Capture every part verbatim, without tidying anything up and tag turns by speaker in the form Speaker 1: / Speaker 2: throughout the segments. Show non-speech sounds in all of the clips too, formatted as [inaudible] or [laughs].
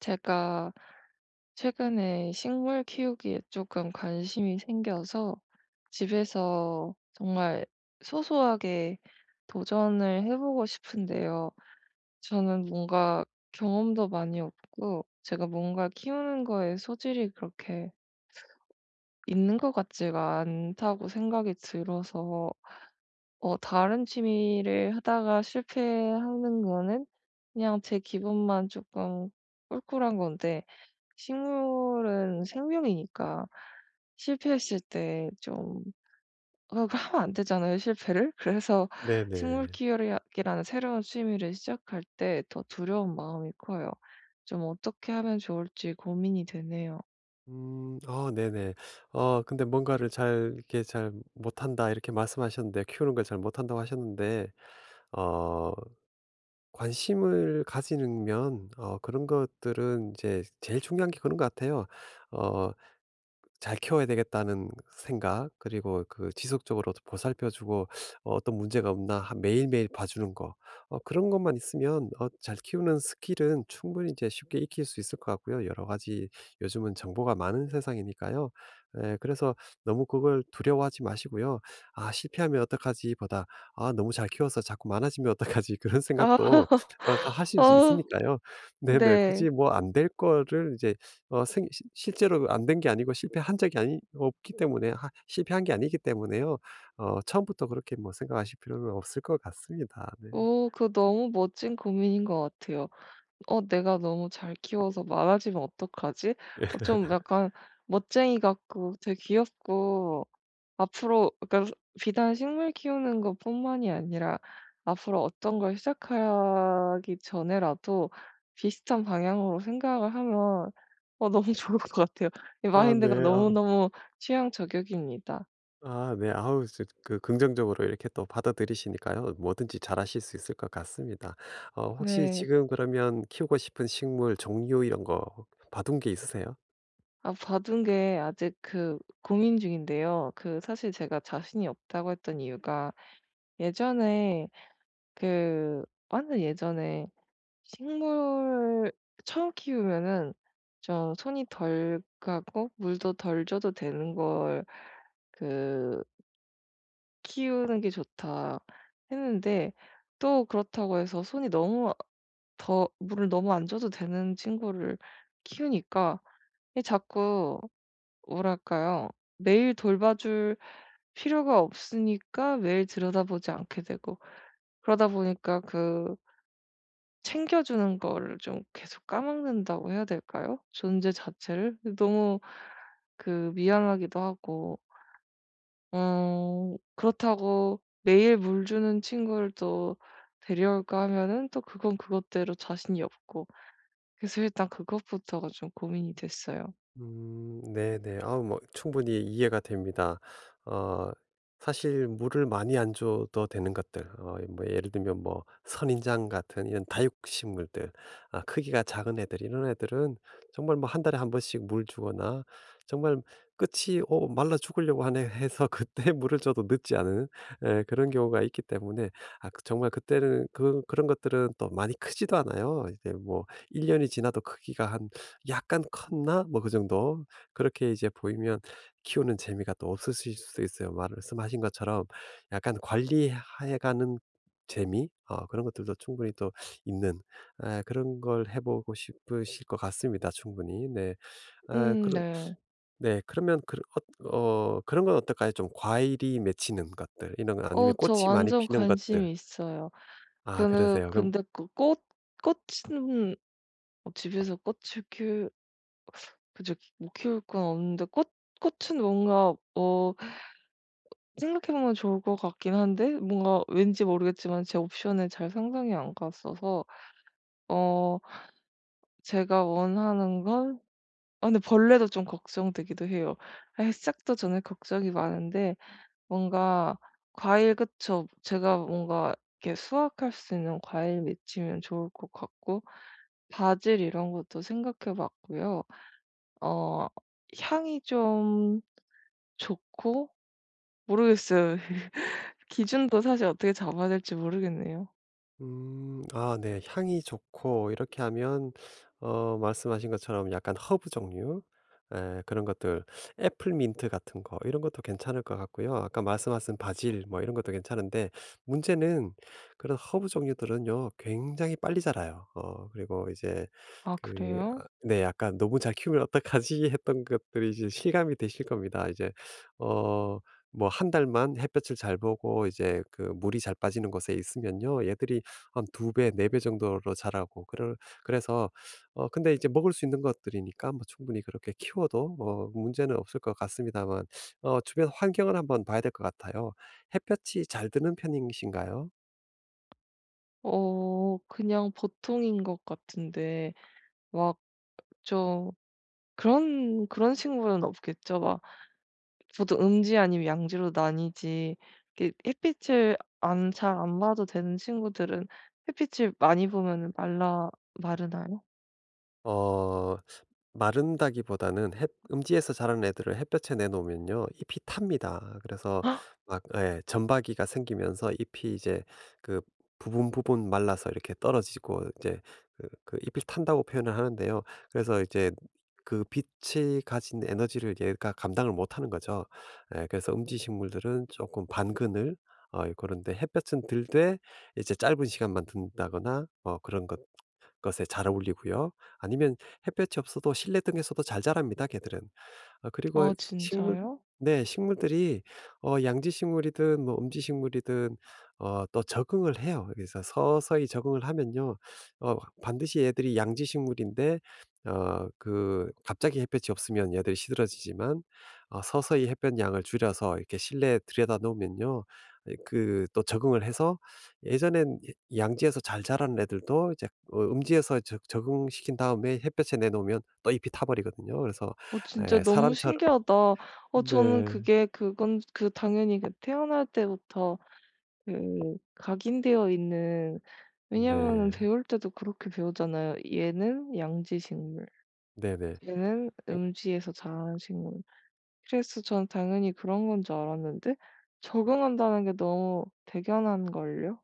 Speaker 1: 제가 최근에 식물 키우기에 조금 관심이 생겨서 집에서 정말 소소하게 도전을 해보고 싶은데요. 저는 뭔가 경험도 많이 없고, 제가 뭔가 키우는 거에 소질이 그렇게 있는 것 같지가 않다고 생각이 들어서, 어, 다른 취미를 하다가 실패하는 거는 그냥 제 기분만 조금 꿀꿀한 건데, 식물은 생명이니까 실패했을 때 좀, 어 그거 하면 안 되잖아요, 실패를. [laughs] 그래서 식물
Speaker 2: 네네.
Speaker 1: 키우기라는 새로운 취미를 시작할 때 더 두려운 마음이 커요. 좀 어떻게 하면 좋을지 고민이 되네요.
Speaker 2: 음. 어, 네네. 어 근데 뭔가를 잘 이렇게 잘 못한다 이렇게 말씀하셨는데 키우는 걸 잘 못한다고 하셨는데 어 관심을 가지면 어 그런 것들은 이제 제일 중요한 게 그런 것 같아요. 어 잘 키워야 되겠다는 생각, 그리고 그 지속적으로 보살펴 주고 어 어떤 문제가 없나 하 매일매일 봐주는 거, 어 그런 것만 있으면 어 잘 키우는 스킬은 충분히 이제 쉽게 익힐 수 있을 것 같고요. 여러 가지 요즘은 정보가 많은 세상이니까요. 예, 그래서 너무 그걸 두려워하지 마시고요. '아, 실패하면 어떡하지?' 보다 '아, 너무 잘 키워서 자꾸 많아지면 어떡하지?' [laughs] 그런
Speaker 1: 아.
Speaker 2: 생각도
Speaker 1: [laughs]
Speaker 2: 어 하실 수
Speaker 1: 어
Speaker 2: 있으니까요. 네네.
Speaker 1: 네.
Speaker 2: 굳이 뭐 안 될 거를 이제 어 생 시 실제로 안 된 게 아니고 실패한 적이 아니 없기 때문에 하 실패한 게 아니기 때문에요. 어 처음부터 그렇게 뭐 생각하실 필요는 없을 것 같습니다. 네.
Speaker 1: 오, 그거 너무 멋진 고민인 것 같아요. '어 내가 너무 잘 키워서 많아지면 어떡하지?' 어 좀 약간 멋쟁이 같고 되게 귀엽고, 앞으로 그러니까 비단 식물 키우는 것뿐만이 아니라 앞으로 어떤 걸 시작하기 전에라도 비슷한 방향으로 생각을 하면 어 너무 [laughs] 좋을 것 같아요. 이
Speaker 2: 아 네.
Speaker 1: 마인드가
Speaker 2: 아
Speaker 1: 너무너무 취향 저격입니다.
Speaker 2: 아 네. 아우, 저 그 긍정적으로 이렇게 또 받아들이시니까요. 뭐든지 잘하실 수 있을 것 같습니다. 어 혹시
Speaker 1: 네.
Speaker 2: 지금 그러면 키우고 싶은 식물 종류 이런 거 봐둔 게 있으세요?
Speaker 1: 아, 받은 게 아직 그 고민 중인데요. 그 사실 제가 자신이 없다고 했던 이유가, 예전에, 그 완전 예전에 식물 처음 키우면은 좀 손이 덜 가고 물도 덜 줘도 되는 걸 그 '키우는 게 좋다.' 했는데, 또 그렇다고 해서 손이 너무, 더 물을 너무 안 줘도 되는 친구를 키우니까 이 자꾸 뭐랄까요? 매일 돌봐줄 필요가 없으니까 매일 들여다보지 않게 되고, 그러다 보니까 그 챙겨주는 거를 좀 계속 까먹는다고 해야 될까요? 존재 자체를? 너무 그 미안하기도 하고, 어 그렇다고 매일 물 주는 친구를 또 데려올까 하면은 또 그건 그것대로 자신이 없고, 그래서 일단 그것부터가 좀 고민이 됐어요.
Speaker 2: 음, 네네. 아, 뭐 충분히 이해가 됩니다. 어 사실 물을 많이 안 줘도 되는 것들, 어 뭐 예를 들면 뭐 선인장 같은 이런 다육식물들, 아 크기가 작은 애들 이런 애들은 정말 뭐 한 달에 한 번씩 물 주거나, 정말 끝이 어 말라 죽으려고 하네 해서 [laughs] 그때 물을 줘도 늦지 않은 에, 그런 경우가 있기 때문에. 아 그 정말 그때는 그 그런 것들은 또 많이 크지도 않아요. 이제 뭐 일 년이 지나도 크기가 한 '약간 컸나?' 뭐 그 정도 그렇게 이제 보이면 키우는 재미가 또 없으실 수도 있어요. 말씀하신 것처럼 약간 관리해 가는 재미, 어 그런 것들도 충분히 또 있는, 아, 그런 걸 해 보고 싶으실 것 같습니다, 충분히. 네. 아
Speaker 1: 음.
Speaker 2: 그러
Speaker 1: 네.
Speaker 2: 네, 그러면 그런, 어 어 그런 건 어떨까요? 좀 과일이 맺히는 것들 이런 거, 아니면
Speaker 1: 어 저
Speaker 2: 꽃이 많이
Speaker 1: 완전
Speaker 2: 피는 것들.
Speaker 1: 관심이 있어요.
Speaker 2: 아,
Speaker 1: 근데
Speaker 2: 그러세요. 그럼
Speaker 1: 근데 그 꽃 꽃은, 어 집에서 꽃을 키울, 그저 못 키울 건 없는데, 꽃 꽃은 뭔가 어 생각해보면 좋을 것 같긴 한데, 뭔가 왠지 모르겠지만 제 옵션에 잘 상상이 안 갔어서. 어 제가 원하는 건, 아, 근데 벌레도 좀 걱정되기도 해요. 아, 시작도 전에 걱정이 많은데 뭔가 과일, 그쵸. 제가 뭔가 이렇게 수확할 수 있는 과일 맺히면 좋을 것 같고, 바질 이런 것도 생각해 봤고요. 어 향이 좀 좋고. 모르겠어요. [laughs] 기준도 사실 어떻게 잡아야 될지 모르겠네요.
Speaker 2: 음. 아 네. 향이 좋고 이렇게 하면 어 말씀하신 것처럼 약간 허브 종류, 에 그런 것들, 애플민트 같은 거 이런 것도 괜찮을 것 같고요. 아까 말씀하신 바질 뭐 이런 것도 괜찮은데, 문제는 그런 허브 종류들은요 굉장히 빨리 자라요. 어 그리고 이제
Speaker 1: 아,
Speaker 2: 그 아
Speaker 1: 그래요?
Speaker 2: 네, 약간 '너무 잘 키우면 어떡하지?' [laughs] 했던 것들이 이제 실감이 되실 겁니다. 이제 어 뭐 한 달만 햇볕을 잘 보고 이제 그 물이 잘 빠지는 곳에 있으면요, 얘들이 한 두 배, 네 배 정도로 자라고 그럴, 그래서 어 근데 이제 먹을 수 있는 것들이니까 뭐 충분히 그렇게 키워도 어 문제는 없을 것 같습니다만, 어 주변 환경을 한번 봐야 될 것 같아요. 햇볕이 잘 드는 편이신가요?
Speaker 1: 어 그냥 보통인 것 같은데, 막, 좀, 그런 그런 식물은 없겠죠? 막 보통 음지 아니면 양지로 나뉘지, 이렇게 햇빛을 안 잘 안 봐도 되는 친구들은 햇빛을 많이 보면 말라, 마르나요?
Speaker 2: 어. 마른다기보다는 햇 음지에서 자란 애들을 햇볕에 내놓으면요 잎이 탑니다. 그래서
Speaker 1: [gasps] 헉!
Speaker 2: 막, 예, 점박이가 생기면서 잎이 이제 그 부분 부분 말라서 이렇게 떨어지고, 이제 그 그 잎이 탄다고 표현을 하는데요. 그래서 이제 그 빛이 가진 에너지를 얘가 감당을 못하는 거죠. 예, 그래서 음지 식물들은 조금 반그늘, 어그런데 햇볕은 들되 이제 짧은 시간만 든다거나 어 그런 것 것에 잘 어울리고요. 아니면 햇볕이 없어도 실내 등에서도 잘 자랍니다, 걔들은. 아 그리고
Speaker 1: 아,
Speaker 2: 식물
Speaker 1: 진짜요?
Speaker 2: 네, 식물들이 어 양지식물이든 뭐 음지식물이든 어 또 적응을 해요. 그래서 서서히 적응을 하면요. 어 반드시 얘들이 양지식물인데 어 그 갑자기 햇볕이 없으면 얘들이 시들어지지만 어 서서히 햇볕 양을 줄여서 이렇게 실내에 들여다 놓으면요, 그 또 적응을 해서, 예전엔 양지에서 잘 자란 애들도 이제 어 음지에서 적 적응시킨 다음에 햇볕에 내놓으면 또 잎이 타 버리거든요. 그래서
Speaker 1: 어 진짜
Speaker 2: 예,
Speaker 1: 너무
Speaker 2: 사람처럼.
Speaker 1: 신기하다. 어 저는
Speaker 2: 네.
Speaker 1: 그게, 그건 그 당연히 그 태어날 때부터 그 각인되어 있는. 왜냐면은
Speaker 2: 네.
Speaker 1: 배울 때도 그렇게 배우잖아요. 얘는 양지 식물,
Speaker 2: 네네.
Speaker 1: 얘는 음지에서 자라는 식물. 그래서 전 당연히 그런 건 줄 알았는데 적응한다는 게 너무 대견한걸요.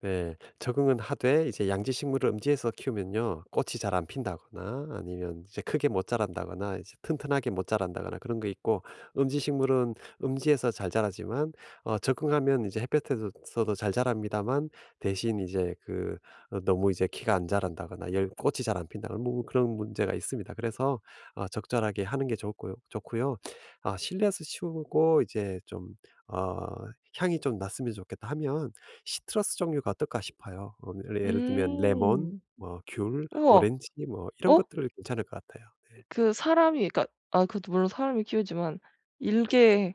Speaker 2: 네. 적응은 하되 이제 양지 식물을 음지에서 키우면요, 꽃이 잘 안 핀다거나 아니면 이제 크게 못 자란다거나 이제 튼튼하게 못 자란다거나 그런 거 있고, 음지 식물은 음지에서 잘 자라지만 어 적응하면 이제 햇볕에서도 잘 자랍니다만, 대신 이제 그 어 너무 이제 키가 안 자란다거나 열 꽃이 잘 안 핀다거나 뭐 그런 문제가 있습니다. 그래서 어 적절하게 하는 게 좋고요. 좋고요. 아 실내에서 키우고 이제 좀 어 '향이 좀 났으면 좋겠다.' 하면 시트러스 종류가 어떨까 싶어요. 어 뭐 예를 예를 들면 레몬,
Speaker 1: 음.
Speaker 2: 뭐 귤,
Speaker 1: 우와.
Speaker 2: 오렌지 뭐 이런
Speaker 1: 어?
Speaker 2: 것들 괜찮을 것 같아요. 네.
Speaker 1: 그 사람이, 그러니까 아, 그것도 물론 사람이 키우지만 일개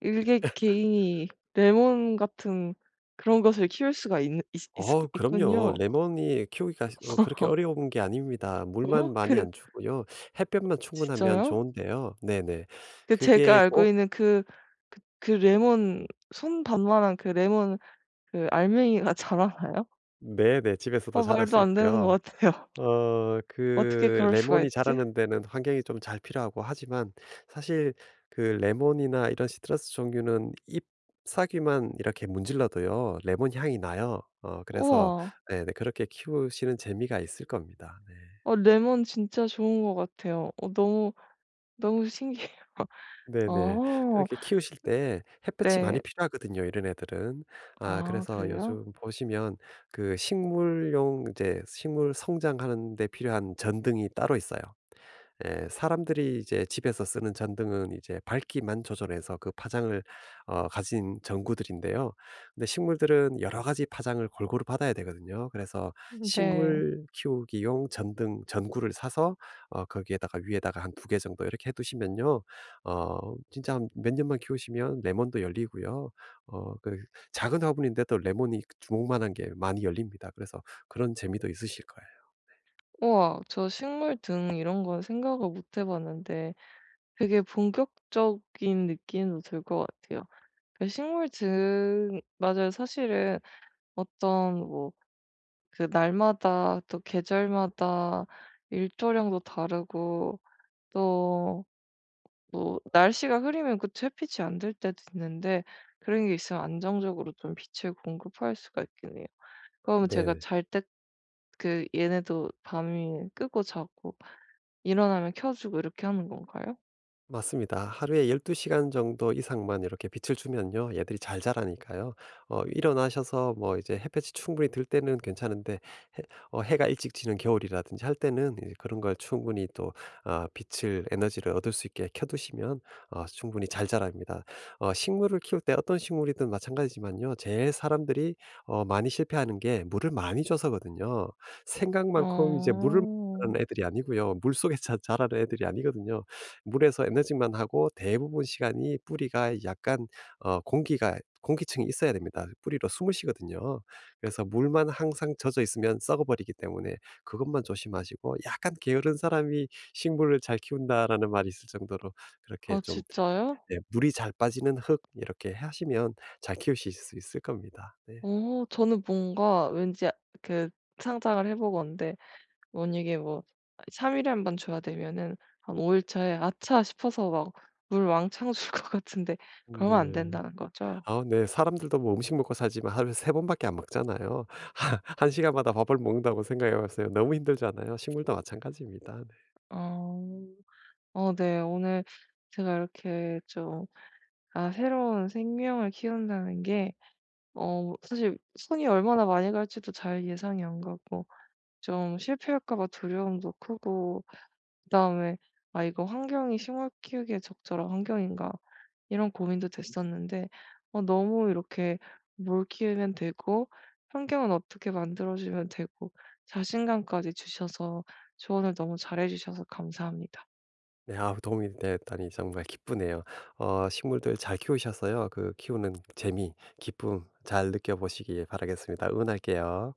Speaker 1: 일개 개인이 레몬 같은 그런 것을 키울 수가 있는, 있 있
Speaker 2: 어 그럼요.
Speaker 1: 있군요.
Speaker 2: 레몬이 키우기가 어 그렇게
Speaker 1: [laughs]
Speaker 2: 어려운 게 아닙니다. 물만
Speaker 1: 어?
Speaker 2: 많이
Speaker 1: 그
Speaker 2: 안 주고요. 햇볕만 충분하면
Speaker 1: 진짜요?
Speaker 2: 좋은데요. 네네.
Speaker 1: 그 제가
Speaker 2: 그게
Speaker 1: 알고
Speaker 2: 꼭,
Speaker 1: 있는 그 그 그 레몬, 손 반만한 그 레몬, 그 알맹이가 [laughs] 자라나요?
Speaker 2: 네네. 집에서도
Speaker 1: 어
Speaker 2: 자랄 수
Speaker 1: 말도 안 되는 것
Speaker 2: 있고요.
Speaker 1: 같아요.
Speaker 2: 어
Speaker 1: [laughs] 어떻게
Speaker 2: 그
Speaker 1: 그럴 수가
Speaker 2: 레몬이
Speaker 1: 있지?
Speaker 2: 자라는 데는 환경이 좀 잘 필요하고 하지만, 사실 그 레몬이나 이런 시트러스 종류는 잎사귀만 이렇게 문질러도요, 레몬 향이 나요. 어 그래서
Speaker 1: 우와.
Speaker 2: 네네, 그렇게 키우시는 재미가 있을 겁니다. 네.
Speaker 1: 어 레몬 진짜 좋은 것 같아요. 어 너무, 너무 신기해요.
Speaker 2: 네네.
Speaker 1: 아.
Speaker 2: 그렇게
Speaker 1: [laughs]
Speaker 2: 키우실 때 햇볕이 많이
Speaker 1: 네.
Speaker 2: 필요하거든요, 이런 애들은. 아
Speaker 1: 아,
Speaker 2: 그래서
Speaker 1: 그래요?
Speaker 2: 요즘 보시면 그 식물용, 이제 식물 성장하는 데 필요한 전등이 따로 있어요. 예, 사람들이 이제 집에서 쓰는 전등은 이제 밝기만 조절해서 그 파장을 어, 가진 전구들인데요. 근데 식물들은 여러 가지 파장을 골고루 받아야 되거든요. 그래서
Speaker 1: 네.
Speaker 2: 식물 키우기용 전등 전구를 사서 어, 거기에다가 위에다가 한 두개 정도 이렇게 해두시면요, 어, 진짜 한 몇 년만 키우시면 레몬도 열리고요. 어, 그 작은 화분인데도 레몬이 주먹만한 게 많이 열립니다. 그래서 그런 재미도 있으실 거예요.
Speaker 1: 우와, 저 식물 등 이런 건 생각을 못 해 봤는데 되게 본격적인 느낌도 들 것 같아요. 그 식물 등 맞아요. 사실은 어떤 뭐 그 날마다 또 계절마다 일조량도 다르고, 또 뭐 날씨가 흐리면 그 햇빛이 안 들 때도 있는데, 그런 게 있으면 안정적으로 좀 빛을 공급할 수가 있긴 해요. 그러면 제가
Speaker 2: 네.
Speaker 1: 잘 때 그 얘네도 밤이 끄고 자고, 일어나면 켜 주고, 이렇게 하는 건가요?
Speaker 2: 맞습니다. 하루에 열두 시간 정도 이상만 이렇게 빛을 주면요, 얘들이 잘 자라니까요. 어 일어나셔서 뭐 이제 햇볕이 충분히 들 때는 괜찮은데, 해 어 해가 일찍 지는 겨울이라든지 할 때는 이제 그런 걸 충분히 또, 아 빛을, 에너지를 얻을 수 있게 켜 두시면 어 충분히 잘 자랍니다. 어 식물을 키울 때 어떤 식물이든 마찬가지지만요, 제일 사람들이 어 많이 실패하는 게 물을 많이 줘서거든요. 생각만큼 이제 물을
Speaker 1: 어.
Speaker 2: 자라는 애들이 아니고요. 물속에 자 자라는 애들이 아니거든요. 물에서 에너징만 하고, 대부분 시간이 뿌리가 약간 어 공기가 공기층이 있어야 됩니다. 뿌리로 숨을 쉬거든요. 그래서 물만 항상 젖어 있으면 썩어버리기 때문에 그것만 조심하시고, 약간 게으른 사람이 식물을 잘 키운다라는 말이 있을 정도로 그렇게
Speaker 1: 아,
Speaker 2: 좀,
Speaker 1: 진짜요?
Speaker 2: 네, 물이 잘 빠지는 흙 이렇게 하시면 잘 키우실 수 있을 겁니다. 네.
Speaker 1: 어 저는 뭔가 왠지 그 상상을 해 보건데, 만약에 뭐 삼 일에 한 번 줘야 되면은 한 오 일 차에 '아차.' 싶어서 막 물 왕창 줄 것 같은데, 그러면 안
Speaker 2: 네.
Speaker 1: 된다는 거죠?
Speaker 2: 아 네. 사람들도 뭐 음식 먹고 살지만 하루에 세 번밖에 안 먹잖아요. [laughs] 한 시간마다 밥을 먹는다고 생각해 봤어요, 너무 힘들잖아요. 식물도 마찬가지입니다. 네.
Speaker 1: 어. 어 네. 오늘 제가 이렇게 좀, 아, 새로운 생명을 키운다는 게 어 사실 손이 얼마나 많이 갈지도 잘 예상이 안 가고, 좀 실패할까 봐 두려움도 크고, 그다음에 '아 이거 환경이 식물 키우기에 적절한 환경인가.' 이런 고민도 됐었는데, 어 너무 이렇게 뭘 키우면 되고, 환경은 어떻게 만들어 주면 되고, 자신감까지 주셔서, 조언을 너무 잘해 주셔서 감사합니다.
Speaker 2: 네, 아 도움이 되었다니 정말 기쁘네요. 어 식물들 잘 키우셔서요, 그 키우는 재미, 기쁨 잘 느껴보시기 바라겠습니다. 응원할게요.